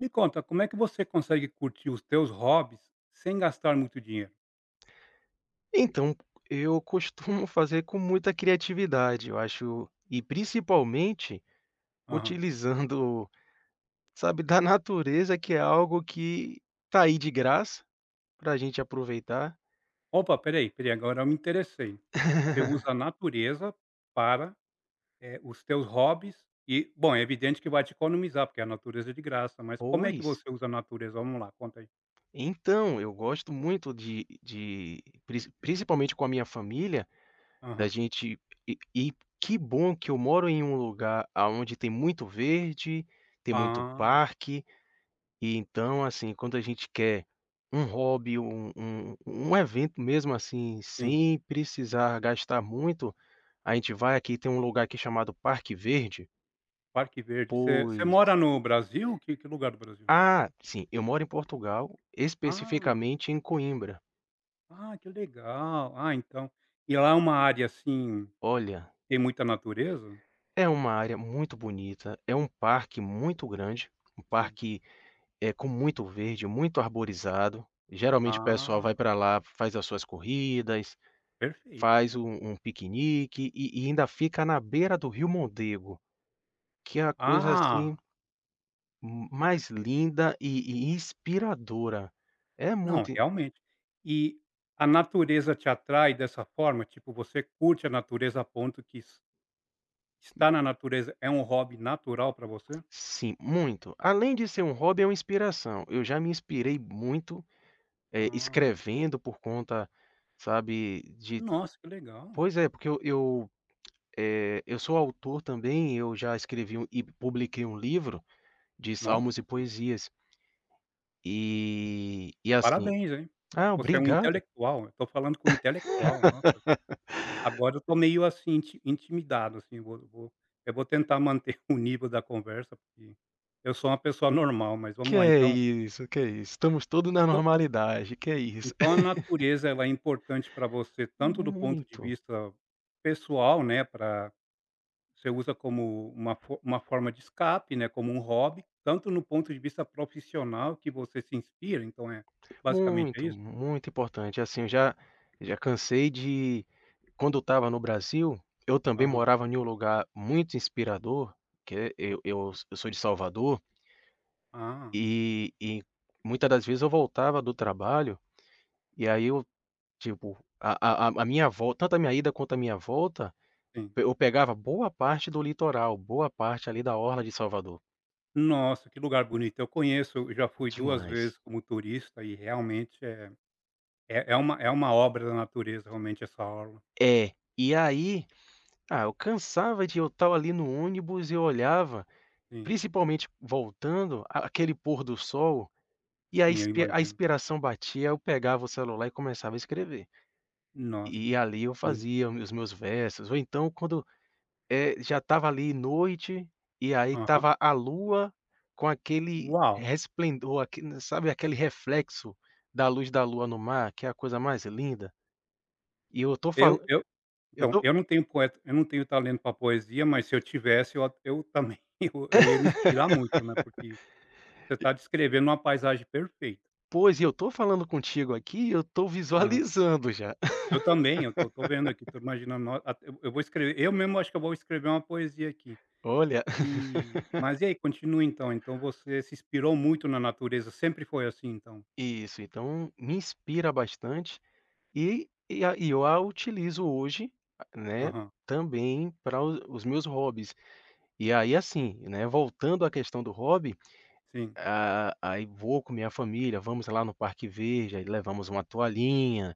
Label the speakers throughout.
Speaker 1: Me conta, como é que você consegue curtir os teus hobbies sem gastar muito dinheiro?
Speaker 2: Então, eu costumo fazer com muita criatividade, eu acho, e principalmente
Speaker 1: Aham.
Speaker 2: utilizando, sabe, da natureza, que é algo que tá aí de graça pra gente aproveitar.
Speaker 1: Opa, espera aí, espera agora eu me interessei. Você usa a natureza para, os teus hobbies e, bom, é evidente que vai te economizar, porque a natureza é de graça, mas como é que
Speaker 2: Pois.
Speaker 1: você usa a natureza? Vamos lá, conta aí.
Speaker 2: Então, eu gosto muito de principalmente com a minha família, da
Speaker 1: Aham.
Speaker 2: gente e que bom que eu moro em um lugar aonde tem muito verde, tem muito
Speaker 1: Ah,
Speaker 2: parque. E então, assim, quando a gente quer um hobby, um evento mesmo, assim,
Speaker 1: sim,
Speaker 2: sem precisar gastar muito, a gente vai, aqui tem um lugar aqui chamado Parque Verde.
Speaker 1: Parque Verde. Você
Speaker 2: Pois.
Speaker 1: mora no Brasil? Que lugar do Brasil?
Speaker 2: Ah, sim, eu moro em Portugal,
Speaker 1: Ah,
Speaker 2: especificamente em Coimbra.
Speaker 1: ah, que legal. Ah, então e lá é uma área, assim,
Speaker 2: Olha,
Speaker 1: tem muita natureza?
Speaker 2: é uma área muito bonita, é um parque muito grande, um
Speaker 1: Sim.
Speaker 2: parque, é com muito verde, muito arborizado. Geralmente o pessoal vai
Speaker 1: Ah.
Speaker 2: para lá, faz as suas corridas,
Speaker 1: Perfeito.
Speaker 2: faz um piquenique e ainda fica na beira do rio Mondego, que é a coisa,
Speaker 1: Ah,
Speaker 2: assim,
Speaker 1: per
Speaker 2: mais linda e inspiradora. É
Speaker 1: não,
Speaker 2: muito in
Speaker 1: realmente. E a natureza te atrai dessa forma? Tipo, você curte a natureza a ponto que es estar na natureza é um hobby natural para você?
Speaker 2: sim, muito. Além de ser um hobby, é uma inspiração. Eu já me inspirei muito,
Speaker 1: Ah,
Speaker 2: escrevendo por conta, sabe, de
Speaker 1: nossa, que legal.
Speaker 2: pois é, porque eu, eu sou autor também, eu já escrevi um e publiquei um livro de salmos
Speaker 1: Nossa,
Speaker 2: e poesias. E assim.
Speaker 1: parabéns, hein. Pa
Speaker 2: Ah,
Speaker 1: Você é um
Speaker 2: obrigado.
Speaker 1: intelectual, eu tô falando com intelectual, nossa. Agora eu tô meio, assim, intimidado, assim, vou vou eu vou tentar manter o nível da conversa, porque eu sou uma pessoa normal, mas
Speaker 2: Que
Speaker 1: vamos lá,
Speaker 2: é
Speaker 1: então
Speaker 2: isso, que é isso. Estamos todos na
Speaker 1: então
Speaker 2: normalidade, que é isso.
Speaker 1: então a natureza ela é importante para você tanto do ponto de
Speaker 2: Muito,
Speaker 1: vista pessoal, né, para você usa como uma forma de escape, né, como um hobby, tanto no ponto de vista profissional que você se inspira, então é basicamente é
Speaker 2: muito,
Speaker 1: isso?
Speaker 2: muito importante. Assim, eu já cansei de quando eu estava no Brasil, eu também
Speaker 1: Aham,
Speaker 2: morava em um lugar muito inspirador. que é eu
Speaker 1: ok.
Speaker 2: eu eu sou de Salvador,
Speaker 1: Ah,
Speaker 2: e muita das vezes eu voltava do trabalho, e aí eu, tipo, a minha volta, tanto a minha ida quanto a minha volta,
Speaker 1: sim.
Speaker 2: eu pegava boa parte do litoral, boa parte ali da orla de Salvador.
Speaker 1: Nossa, que lugar bonito. Eu conheço, eu já fui duas
Speaker 2: Demais.
Speaker 1: vezes como turista e realmente é uma obra da natureza realmente essa orla.
Speaker 2: É, e aí, eu cansava de eu estar ali no ônibus e eu olhava,
Speaker 1: Sim,
Speaker 2: principalmente voltando, a aquele pôr do sol, e a
Speaker 1: sim, eu imagino.
Speaker 2: inspiração batia, eu pegava o celular e começava a escrever.
Speaker 1: Nossa,
Speaker 2: E ali
Speaker 1: que
Speaker 2: eu
Speaker 1: lindo.
Speaker 2: fazia os meus versos, ou então quando, já estava ali noite, e aí
Speaker 1: Aham.
Speaker 2: estava a lua com aquele
Speaker 1: Uau!
Speaker 2: resplendor, aquele, sabe, aquele reflexo da luz da lua no mar, que é a coisa mais linda. E eu estou falando,
Speaker 1: Eu
Speaker 2: eu
Speaker 1: Então,
Speaker 2: estou...
Speaker 1: eu não tenho poeta, eu não tenho talento para poesia, mas se eu tivesse eu também eu ia me inspirar muito, né, porque você está descrevendo uma paisagem perfeita.
Speaker 2: Pois, e eu tô falando contigo aqui, eu tô
Speaker 1: Aham.
Speaker 2: visualizando já.
Speaker 1: Eu também, eu tô vendo aqui, tô imaginando, nó- a eu vou escrever, eu mesmo acho que eu vou escrever uma poesia aqui.
Speaker 2: Olha,
Speaker 1: E mas e aí, continua então, então você se inspirou muito na natureza, sempre foi assim então?
Speaker 2: isso, então me inspira bastante e eu a utilizo hoje, né,
Speaker 1: Aham,
Speaker 2: também para os meus hobbies. E aí, assim, né, voltando à questão do hobby,
Speaker 1: sim.
Speaker 2: aí vou com minha família, vamos lá no parque verde, aí levamos uma toalhinha,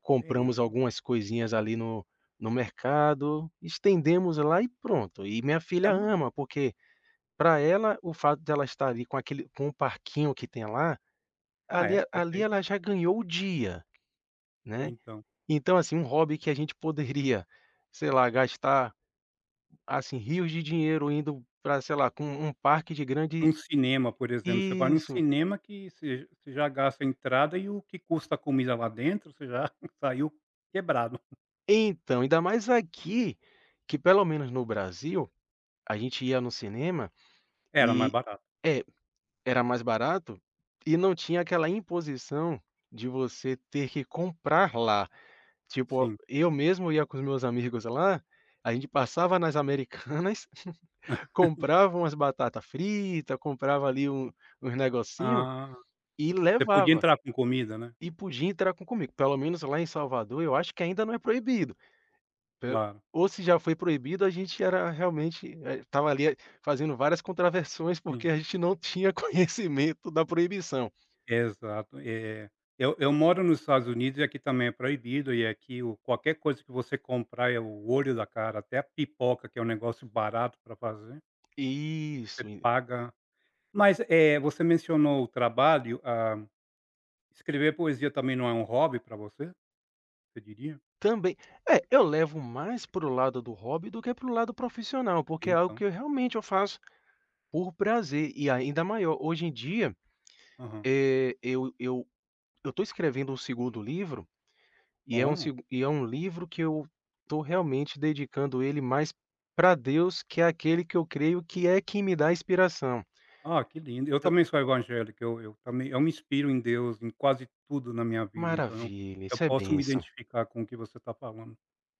Speaker 2: compramos
Speaker 1: Legal.
Speaker 2: algumas coisinhas ali no mercado, estendemos lá e pronto. E minha
Speaker 1: É
Speaker 2: filha
Speaker 1: uma,
Speaker 2: ama, porque... Para ela, o fato dela estar ali com o parquinho que tem lá,
Speaker 1: ah,
Speaker 2: ali
Speaker 1: é,
Speaker 2: ali
Speaker 1: perfeito,
Speaker 2: ela já ganhou o dia, né.
Speaker 1: então.
Speaker 2: Então, assim, um hobby que a gente poderia, sei lá, gastar, assim, rios de dinheiro indo para, sei lá, com um parque de
Speaker 1: Um
Speaker 2: grande...
Speaker 1: cinema, por exemplo, você vai num
Speaker 2: Isso.
Speaker 1: cinema que você já gasta a entrada e o que custa a comida lá dentro, você já saiu quebrado.
Speaker 2: Então, ainda mais aqui, que pelo menos no Brasil, a gente ia no cinema
Speaker 1: Era mais
Speaker 2: e,
Speaker 1: barato,
Speaker 2: é, era mais barato e não tinha aquela imposição de você ter que comprar lá. Tipo,
Speaker 1: sim.
Speaker 2: eu mesmo ia com os meus amigos lá, a gente passava nas Americanas, comprava umas batata frita, comprava ali uns negocinho
Speaker 1: Ah,
Speaker 2: e
Speaker 1: você podia
Speaker 2: levava.
Speaker 1: entrar com comida, né,
Speaker 2: E podia entrar com comigo, pelo menos lá em Salvador eu acho que ainda não é proibido, pe
Speaker 1: claro,
Speaker 2: ou se já foi proibido a gente era realmente, estava ali, fazendo várias contravenções, porque
Speaker 1: sim,
Speaker 2: a gente não tinha conhecimento da proibição.
Speaker 1: exato. Eu moro nos Estados Unidos e aqui também é proibido e aqui o qualquer coisa que você comprar é o olho da cara, até a pipoca que é um negócio barato para fazer, você
Speaker 2: Isso.
Speaker 1: paga. Mas, você mencionou o trabalho, escrever poesia também não é um hobby para você? Você diria?
Speaker 2: Também. É, eu levo mais pro lado do hobby do que pro lado profissional, porque é algo
Speaker 1: Então.
Speaker 2: que eu realmente eu faço por prazer e ainda maior. Hoje em dia,
Speaker 1: Aham.
Speaker 2: eh, eu eu eu tô escrevendo um segundo livro, e é um
Speaker 1: Oh,
Speaker 2: segu e é um livro que eu tô realmente dedicando ele mais para Deus, que é aquele que eu creio que é quem me dá inspiração.
Speaker 1: ah, que lindo. Eu
Speaker 2: Eu
Speaker 1: também sou evangélico, eu também eu me inspiro em Deus em quase tudo na minha vida, então eu
Speaker 2: Maravilha,
Speaker 1: eu
Speaker 2: isso é
Speaker 1: posso me
Speaker 2: bênção.
Speaker 1: identificar com o que você está falando.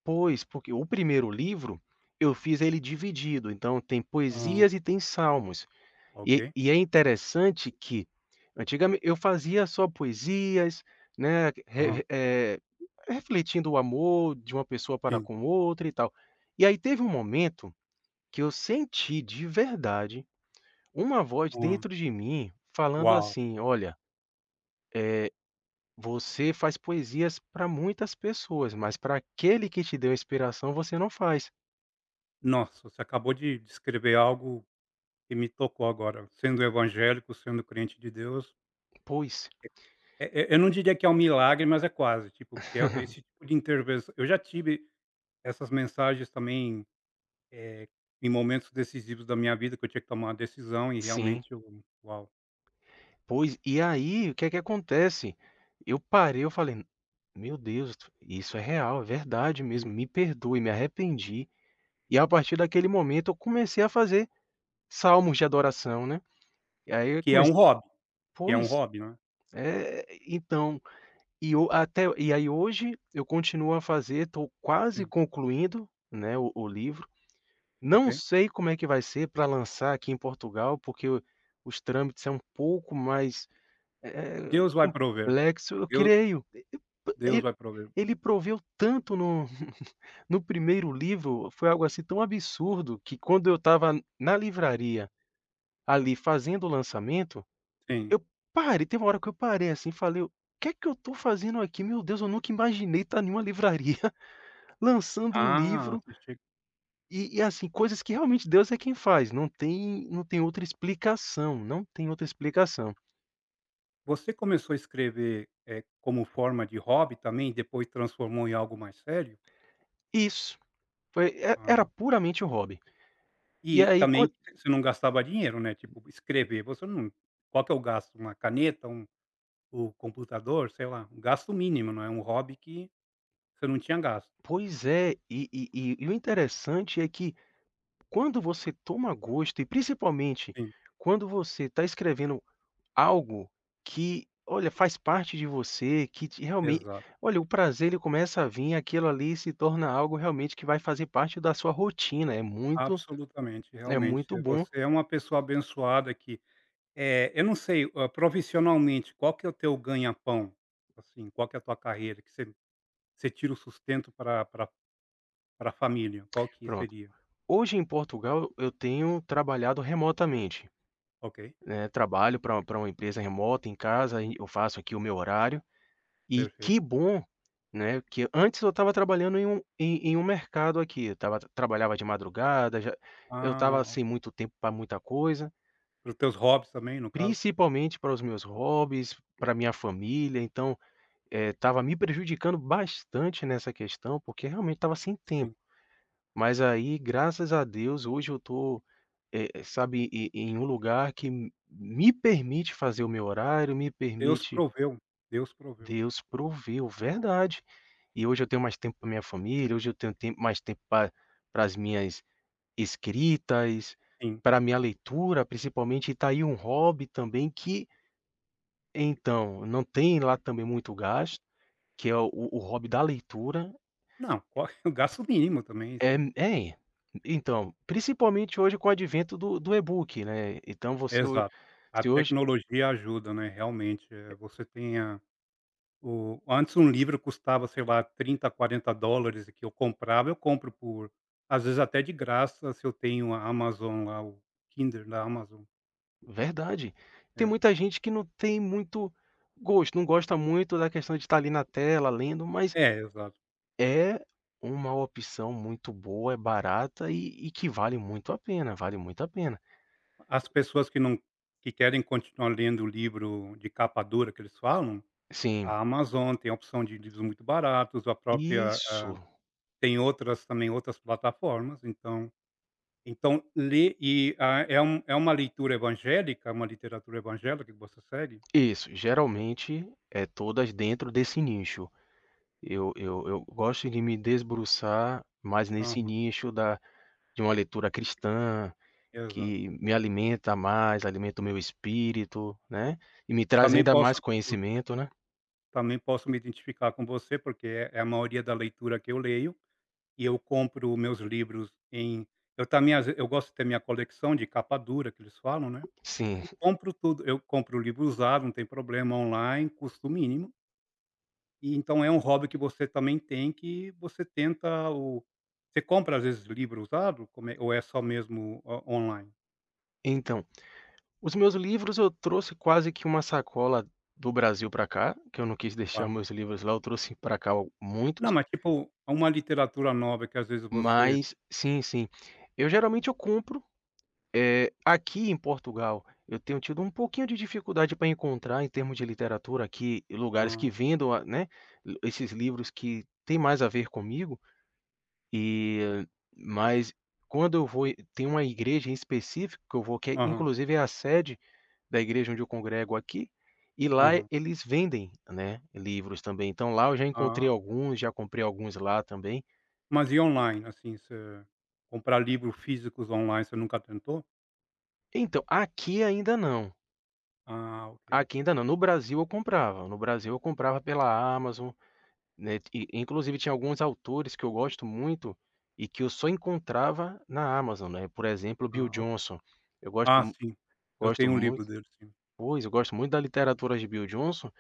Speaker 2: Pois, porque o primeiro livro, eu fiz ele dividido, então tem
Speaker 1: Ah,
Speaker 2: poesias e tem salmos.
Speaker 1: ok.
Speaker 2: E é interessante que, antigamente eu fazia só poesias, né,
Speaker 1: Ah,
Speaker 2: refletindo o amor de uma pessoa para
Speaker 1: sim.
Speaker 2: com outra e tal. E aí teve um momento que eu senti de verdade uma voz
Speaker 1: Ah,
Speaker 2: dentro de mim falando
Speaker 1: uau.
Speaker 2: assim: "Olha, você faz poesias para muitas pessoas, mas para aquele que te deu a inspiração você não faz".
Speaker 1: Nossa, você acabou de descrever algo que me tocou agora, sendo evangélico, sendo crente de Deus.
Speaker 2: Pois,
Speaker 1: Eu não diria que é um milagre, mas é quase, tipo, porque é esse tipo de intervenção eu já tive essas mensagens também. Eh, Em momentos decisivos da minha vida que eu tinha que tomar uma decisão e
Speaker 2: sim.
Speaker 1: realmente eu, uau.
Speaker 2: Pois, e aí o que é que acontece? Eu parei, eu falei: "Meu Deus, isso é real, é verdade mesmo,
Speaker 1: Sim.
Speaker 2: me perdoe, me arrependi". E a partir daquele momento eu comecei a fazer salmos de adoração, né. E aí eu
Speaker 1: Que é um
Speaker 2: comecei
Speaker 1: hobby, que é um
Speaker 2: pois,
Speaker 1: hobby, né.
Speaker 2: é, então. E o até e aí hoje eu continuo a fazer, estou quase
Speaker 1: Sim,
Speaker 2: concluindo, né, o livro.
Speaker 1: ok.
Speaker 2: Não sei como é que vai ser para lançar aqui em Portugal, porque o os trâmites é um pouco mais,
Speaker 1: Deus vai prover,
Speaker 2: complexo, eu
Speaker 1: Deu
Speaker 2: creio.
Speaker 1: Deus
Speaker 2: Ele
Speaker 1: vai prover.
Speaker 2: ele proveu tanto no primeiro livro, foi algo assim tão absurdo que quando eu estava na livraria, ali, fazendo o lançamento,
Speaker 1: Sim.
Speaker 2: eu parei, tem uma hora que eu parei assim e falei: "O que é que eu estou fazendo aqui? Meu Deus, eu nunca imaginei estar em uma livraria lançando um
Speaker 1: Ah,
Speaker 2: livro", e assim, coisas que realmente Deus é quem faz, não tem outra explicação, não tem outra explicação.
Speaker 1: você começou a escrever, como forma de hobby também depois transformou em algo mais sério?
Speaker 2: Isso. Foi, e era
Speaker 1: Ah,
Speaker 2: puramente um hobby. E
Speaker 1: e
Speaker 2: aí quan
Speaker 1: também você não gastava dinheiro, né, tipo, escrever, você não, qual que é o gasto? Uma caneta, o computador, sei lá, um gasto mínimo, não é um hobby que você não tinha gasto.
Speaker 2: pois é. E o interessante é que, quando você toma gosto e principalmente quando você está escrevendo algo que, olha, faz parte de você, que te realmente,
Speaker 1: Exato,
Speaker 2: olha, o prazer ele começa a vir, aquilo ali se torna algo realmente que vai fazer parte da sua rotina, é muito
Speaker 1: absolutamente,
Speaker 2: é
Speaker 1: realmente,
Speaker 2: muito bom.
Speaker 1: você é uma pessoa abençoada que, eu não sei, profissionalmente, qual que é o teu ganha-pão? Assim, qual que é a tua carreira que você tira o sustento para pra pra família, qual que
Speaker 2: Pronto.
Speaker 1: seria?
Speaker 2: Hoje em Portugal eu tenho trabalhado remotamente,
Speaker 1: Ok,
Speaker 2: né, trabalho para pra uma empresa remota em casa, eu faço aqui o meu horário. E que
Speaker 1: perfeito.
Speaker 2: bom, né, que antes eu estava trabalhando em um mercado aqui, eu estava trabalhava de madrugada, já eu estava
Speaker 1: Ah, o
Speaker 2: sem muito tempo para muita coisa,
Speaker 1: para os teus hobbies também, no caso?
Speaker 2: principalmente para os meus hobbies, para minha família, então, estava me prejudicando bastante nessa questão, porque realmente estava sem tempo.
Speaker 1: Sim.
Speaker 2: Mas aí, graças a Deus, hoje eu estou, sabe, em um lugar que me permite fazer o meu horário, me
Speaker 1: Deus
Speaker 2: permite...
Speaker 1: proveu, Deus proveu.
Speaker 2: Deus proveu, verdade. E hoje eu tenho mais tempo para minha família, hoje eu tenho tempo mais tempo para as minhas escritas,
Speaker 1: Sim.
Speaker 2: para minha leitura, principalmente, e tá aí um hobby também que então, não tem lá também muito gasto, que é o hobby da leitura.
Speaker 1: Não, qual o gasto mínimo também,
Speaker 2: É
Speaker 1: sim.
Speaker 2: é, então, principalmente hoje com o advento do e-book, né, então você ho
Speaker 1: Exato. A
Speaker 2: se hoje
Speaker 1: tecnologia ajuda, né, realmente, você tem a. O antes um livro custava, sei lá, 30, 40 dólares e que eu comprava, eu compro por às vezes até de graça, se eu tenho a Amazon lá, o Kindle da Amazon.
Speaker 2: verdade. Tem
Speaker 1: É.
Speaker 2: muita gente que não tem muito gosto, não gosta muito da questão de estar ali na tela lendo, mas
Speaker 1: É, exato.
Speaker 2: é uma opção muito boa, é barata e que vale muito a pena, vale muito a pena.
Speaker 1: As pessoas que não, que querem continuar lendo o livro de capa dura que eles falam,
Speaker 2: Sim,
Speaker 1: a Amazon tem a opção de livros muito baratos, a própria, a
Speaker 2: isso,
Speaker 1: tem outras também, outras plataformas, então ler e, ah, uma leitura evangélica, uma literatura evangélica que você segue?
Speaker 2: isso, geralmente, é todas dentro desse nicho. Eu gosto de me debruçar mais nesse
Speaker 1: Aham,
Speaker 2: nicho da de uma leitura cristã,
Speaker 1: exato.
Speaker 2: que me alimenta mais, alimenta o meu espírito, né, e me traz
Speaker 1: Também
Speaker 2: ainda mais
Speaker 1: posso
Speaker 2: conhecimento, né.
Speaker 1: também posso me identificar com você, porque é a maioria da leitura que eu leio, e eu compro meus livros em, eu também às ve eu gosto de ter minha coleção de capa dura que eles falam, né,
Speaker 2: Sim,
Speaker 1: e compro tudo. Eu compro o livro usado, não tem problema, online, custo mínimo, e então é um hobby que você também tem, que você tenta o você compra às vezes livro usado? Como é, ou é só mesmo o online?
Speaker 2: então os meus livros eu trouxe quase que uma sacola do Brasil para cá, que eu não quis deixar
Speaker 1: Tá.
Speaker 2: meus livros lá, eu trouxe para cá al
Speaker 1: Não,
Speaker 2: muitos,
Speaker 1: mas tipo, uma literatura nova que às vezes você,
Speaker 2: mas sim, sim. Eu geralmente eu compro. Aqui em Portugal eu tenho tido um pouquinho de dificuldade para encontrar em termos de literatura aqui, lugares
Speaker 1: ah
Speaker 2: que vendam a né, esses livros que têm mais a ver comigo. E mas quando eu vou... E tem uma igreja em específico que eu vou, que é
Speaker 1: aham,
Speaker 2: inclusive é a sede da igreja onde eu congrego aqui, e lá
Speaker 1: aham.
Speaker 2: eles vendem, né, livros também. Então lá eu já encontrei
Speaker 1: Ah.
Speaker 2: alguns, já comprei alguns lá também.
Speaker 1: Mas e online, assim, você comprar livros físicos online, você nunca tentou?
Speaker 2: Então, aqui ainda não,
Speaker 1: Ah, ok.
Speaker 2: aqui ainda não. No Brasil eu comprava, no Brasil eu comprava pela Amazon, né, e inclusive tinha alguns autores que eu gosto muito e que eu só encontrava na Amazon, né, por exemplo,
Speaker 1: Ah,
Speaker 2: Bill
Speaker 1: ok.
Speaker 2: Johnson. Eu gosto
Speaker 1: Ah,
Speaker 2: mu
Speaker 1: sim, eu
Speaker 2: Gosto
Speaker 1: tenho um livro
Speaker 2: muito,
Speaker 1: dele, sim.
Speaker 2: pois, eu gosto muito da literatura de Bill Johnson.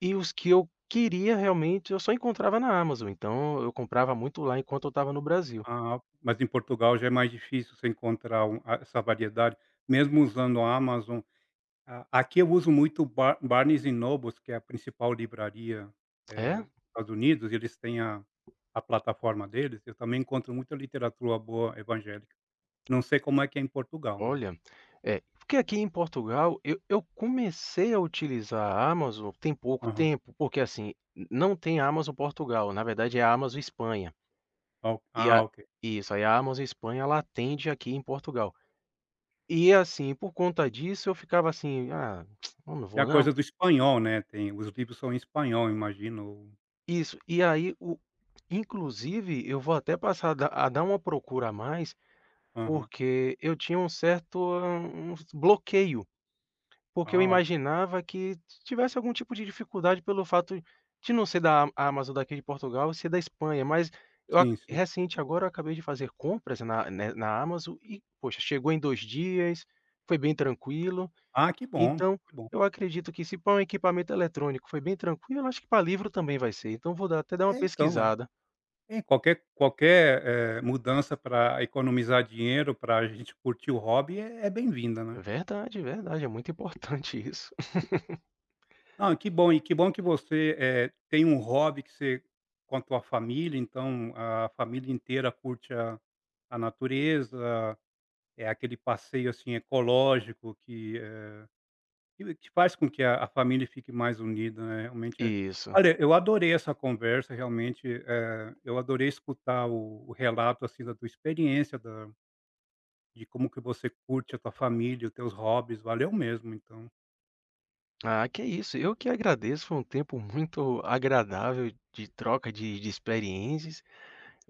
Speaker 2: E os que eu queria realmente, eu só encontrava na Amazon, então eu comprava muito lá enquanto eu estava no Brasil.
Speaker 1: Ah, ok. Mas em Portugal já é mais difícil você encontrar a essa variedade, mesmo usando a Amazon. A Aqui eu uso muito Barnes& e Nobles, que é a principal livraria,
Speaker 2: É?
Speaker 1: dos Estados Unidos, e eles têm a plataforma deles, eu também encontro muita literatura boa evangélica. Não sei como é que é em Portugal, mas.
Speaker 2: Olha, é, porque aqui em Portugal eu comecei a utilizar a Amazon tem pouco
Speaker 1: Aham.
Speaker 2: tempo, porque assim, n não tem Amazon Portugal, na verdade é a Amazon Espanha.
Speaker 1: Ok.
Speaker 2: e
Speaker 1: Ah,
Speaker 2: a
Speaker 1: ok.
Speaker 2: isso, aí a Amazon Espanha ela atende aqui em Portugal. E assim, por conta disso eu ficava assim: "Ah, eu não
Speaker 1: É a
Speaker 2: vou não".
Speaker 1: coisa do espanhol, né, tem, os livros são em espanhol, imagino.
Speaker 2: Isso, e aí o inclusive eu vou até passar a dar uma procura a mais.
Speaker 1: Aham.
Speaker 2: Porque eu tinha um certo, um bloqueio, porque eu
Speaker 1: Ah, olha.
Speaker 2: imaginava que tivesse algum tipo de dificuldade pelo fato de não ser da Amazon daqui de Portugal e ser da Espanha, mas eu ac
Speaker 1: Sim, sim.
Speaker 2: recente agora eu acabei de fazer compras na Amazon e, poxa, chegou em 2 dias, foi bem tranquilo.
Speaker 1: Ah, que bom,
Speaker 2: Então,
Speaker 1: que bom.
Speaker 2: eu acredito que se para um equipamento eletrônico foi bem tranquilo, eu acho que para livro também vai ser, então vou dar até dar uma
Speaker 1: É, então, é.
Speaker 2: pesquisada.
Speaker 1: É, qualquer, mudança para economizar dinheiro, para a gente curtir o hobby é bem-vinda, né.
Speaker 2: Verdade, verdade, é muito importante isso.
Speaker 1: Não, que bom, e que bom que você, tem um hobby que você, com a tua família, então a família inteira curte a natureza, é aquele passeio, assim, ecológico que. E o que faz com que a família fique mais unida, né, realmente é,
Speaker 2: Isso.
Speaker 1: olha, eu adorei essa conversa, realmente, eu adorei escutar o relato, assim, da tua experiência, da, de como que você curte a tua família, os teus hobbies, valeu mesmo, então,
Speaker 2: Ah, que isso. Eu que agradeço, foi um tempo muito agradável de troca de experiências.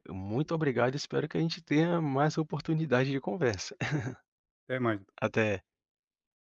Speaker 2: Muito obrigado, espero que a gente tenha mais oportunidade de conversa.
Speaker 1: até mais.
Speaker 2: Até.